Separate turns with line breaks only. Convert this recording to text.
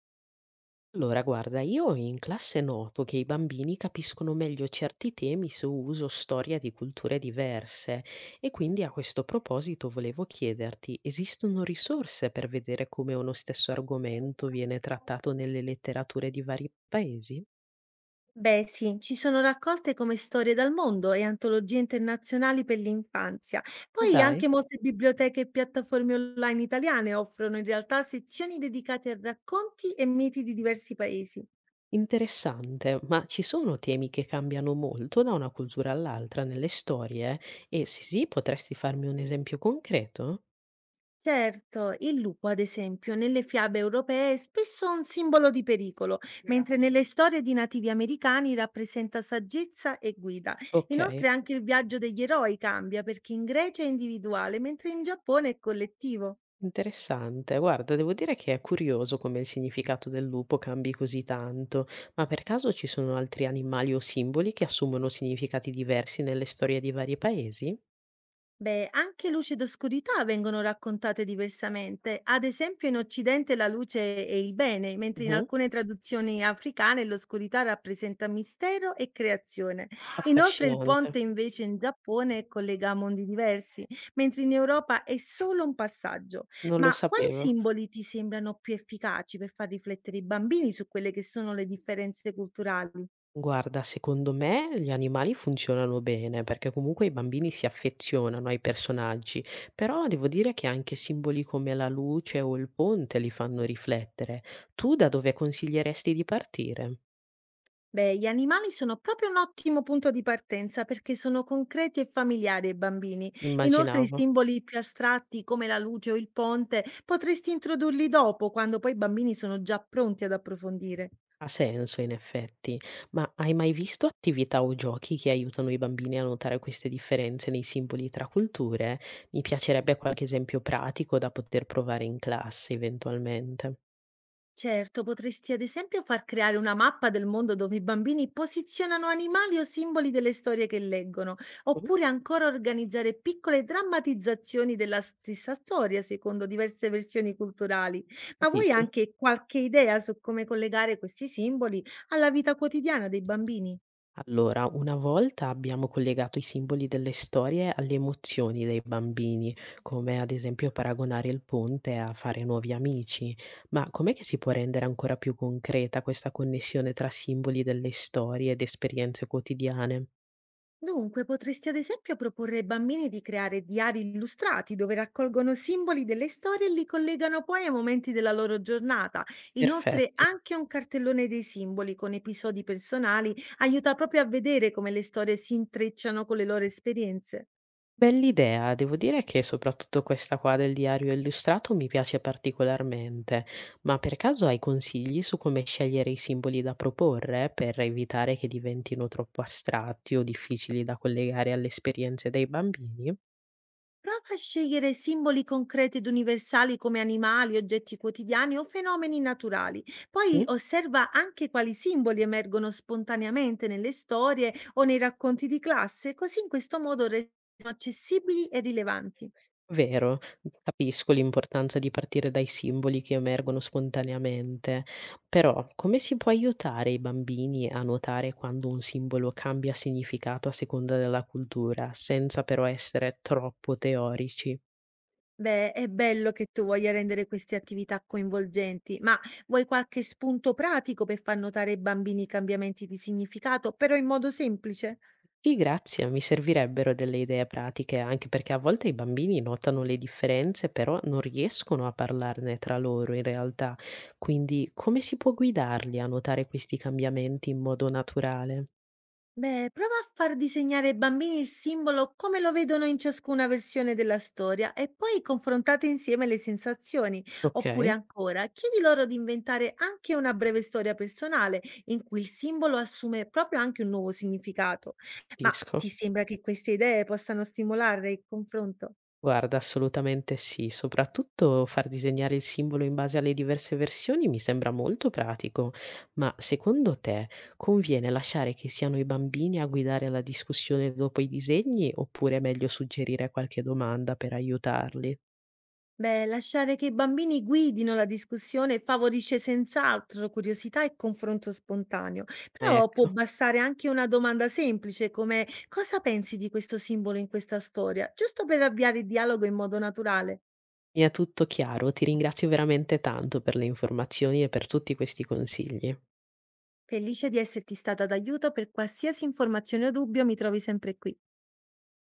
Allora, guarda, io in classe noto che i bambini capiscono meglio certi temi se uso storia di culture diverse e quindi a questo proposito volevo chiederti, esistono risorse per vedere come uno stesso argomento viene trattato nelle letterature di vari paesi?
Beh, sì, ci sono raccolte come storie dal mondo e antologie internazionali per l'infanzia.
Ma
Poi
dai,
anche molte biblioteche e piattaforme online italiane offrono in realtà sezioni dedicate a racconti e miti di diversi paesi.
interessante, ma ci sono temi che cambiano molto da una cultura all'altra nelle storie? E se sì, potresti farmi un esempio concreto?
Certo, il lupo, ad esempio, nelle fiabe europee è spesso un simbolo di pericolo, mentre Vero. Mentre nelle storie di nativi americani rappresenta saggezza e guida.
Ok.
Inoltre anche il viaggio degli eroi cambia perché in Grecia è individuale, mentre in Giappone è collettivo.
Interessante. Guarda, devo dire che è curioso come il significato del lupo cambi così tanto, ma per caso ci sono altri animali o simboli che assumono significati diversi nelle storie di vari paesi?
Beh, anche luce ed oscurità vengono raccontate diversamente. Ad esempio, in Occidente la luce è il bene, mentre in
Mhm.
alcune traduzioni africane l'oscurità rappresenta mistero e creazione. Inoltre, il ponte
Affascinante.
invece in Giappone collega mondi diversi, mentre in Europa è solo un passaggio.
Non lo
Ma quali
sapevo.
simboli ti sembrano più efficaci per far riflettere i bambini su quelle che sono le differenze culturali?
Guarda, secondo me gli animali funzionano bene perché comunque i bambini si affezionano ai personaggi, però devo dire che anche simboli come la luce o il ponte li fanno riflettere. Tu da dove consiglieresti di partire?
Beh, gli animali sono proprio un ottimo punto di partenza perché sono concreti e familiari ai bambini. Inoltre, i
Immaginavo.
simboli più astratti come la luce o il ponte potresti introdurli dopo, quando poi i bambini sono già pronti ad approfondire.
Ha senso in effetti, ma hai mai visto attività o giochi che aiutano i bambini a notare queste differenze nei simboli tra culture? Mi piacerebbe qualche esempio pratico da poter provare in classe eventualmente.
Certo, potresti ad esempio far creare una mappa del mondo dove i bambini posizionano animali o simboli delle storie che leggono,
Mm.
oppure ancora organizzare piccole drammatizzazioni della stessa storia secondo diverse versioni culturali. Ma vuoi
Capito?
anche qualche idea su come collegare questi simboli alla vita quotidiana dei bambini?
Allora, una volta abbiamo collegato i simboli delle storie alle emozioni dei bambini, come ad esempio paragonare il ponte a fare nuovi amici. Ma com'è che si può rendere ancora più concreta questa connessione tra simboli delle storie ed esperienze quotidiane?
Dunque, potresti ad esempio proporre ai bambini di creare diari illustrati dove raccolgono simboli delle storie e li collegano poi ai momenti della loro giornata. Inoltre,
Perfetto.
anche un cartellone dei simboli con episodi personali aiuta proprio a vedere come le storie si intrecciano con le loro esperienze.
Bell'idea, devo dire che soprattutto questa qua del diario illustrato mi piace particolarmente, ma per caso hai consigli su come scegliere i simboli da proporre per evitare che diventino troppo astratti o difficili da collegare alle esperienze dei bambini?
Prova a scegliere simboli concreti ed universali come animali, oggetti quotidiani o fenomeni naturali. Poi
Mm?
osserva anche quali simboli emergono spontaneamente nelle storie o nei racconti di classe, così in questo modo restano accessibili e rilevanti.
Vero, capisco l'importanza di partire dai simboli che emergono spontaneamente, però come si può aiutare i bambini a notare quando un simbolo cambia significato a seconda della cultura, senza però essere troppo teorici?
Beh, è bello che tu voglia rendere queste attività coinvolgenti, ma vuoi qualche spunto pratico per far notare ai bambini i cambiamenti di significato, però in modo semplice?
Sì, grazie, mi servirebbero delle idee pratiche, anche perché a volte i bambini notano le differenze, però non riescono a parlarne tra loro in realtà. Quindi come si può guidarli a notare questi cambiamenti in modo naturale?
Beh, prova a far disegnare ai bambini il simbolo come lo vedono in ciascuna versione della storia e poi confrontate insieme le sensazioni. Oppure
Ok.
ancora, chiedi loro di inventare anche una breve storia personale in cui il simbolo assume proprio anche un nuovo significato. Ma ti
Capisco.
sembra che queste idee possano stimolare il confronto?
Guarda, assolutamente sì. Soprattutto far disegnare il simbolo in base alle diverse versioni mi sembra molto pratico, ma secondo te conviene lasciare che siano i bambini a guidare la discussione dopo i disegni oppure è meglio suggerire qualche domanda per aiutarli?
Beh, lasciare che i bambini guidino la discussione favorisce senz'altro curiosità e confronto spontaneo, però può
Ecco,
bastare anche una domanda semplice come cosa pensi di questo simbolo in questa storia, giusto per avviare il dialogo in modo naturale.
mi è tutto chiaro. Ti ringrazio veramente tanto per le informazioni e per tutti questi consigli.
Felice di esserti stata d'aiuto per qualsiasi informazione o dubbio, mi trovi sempre qui.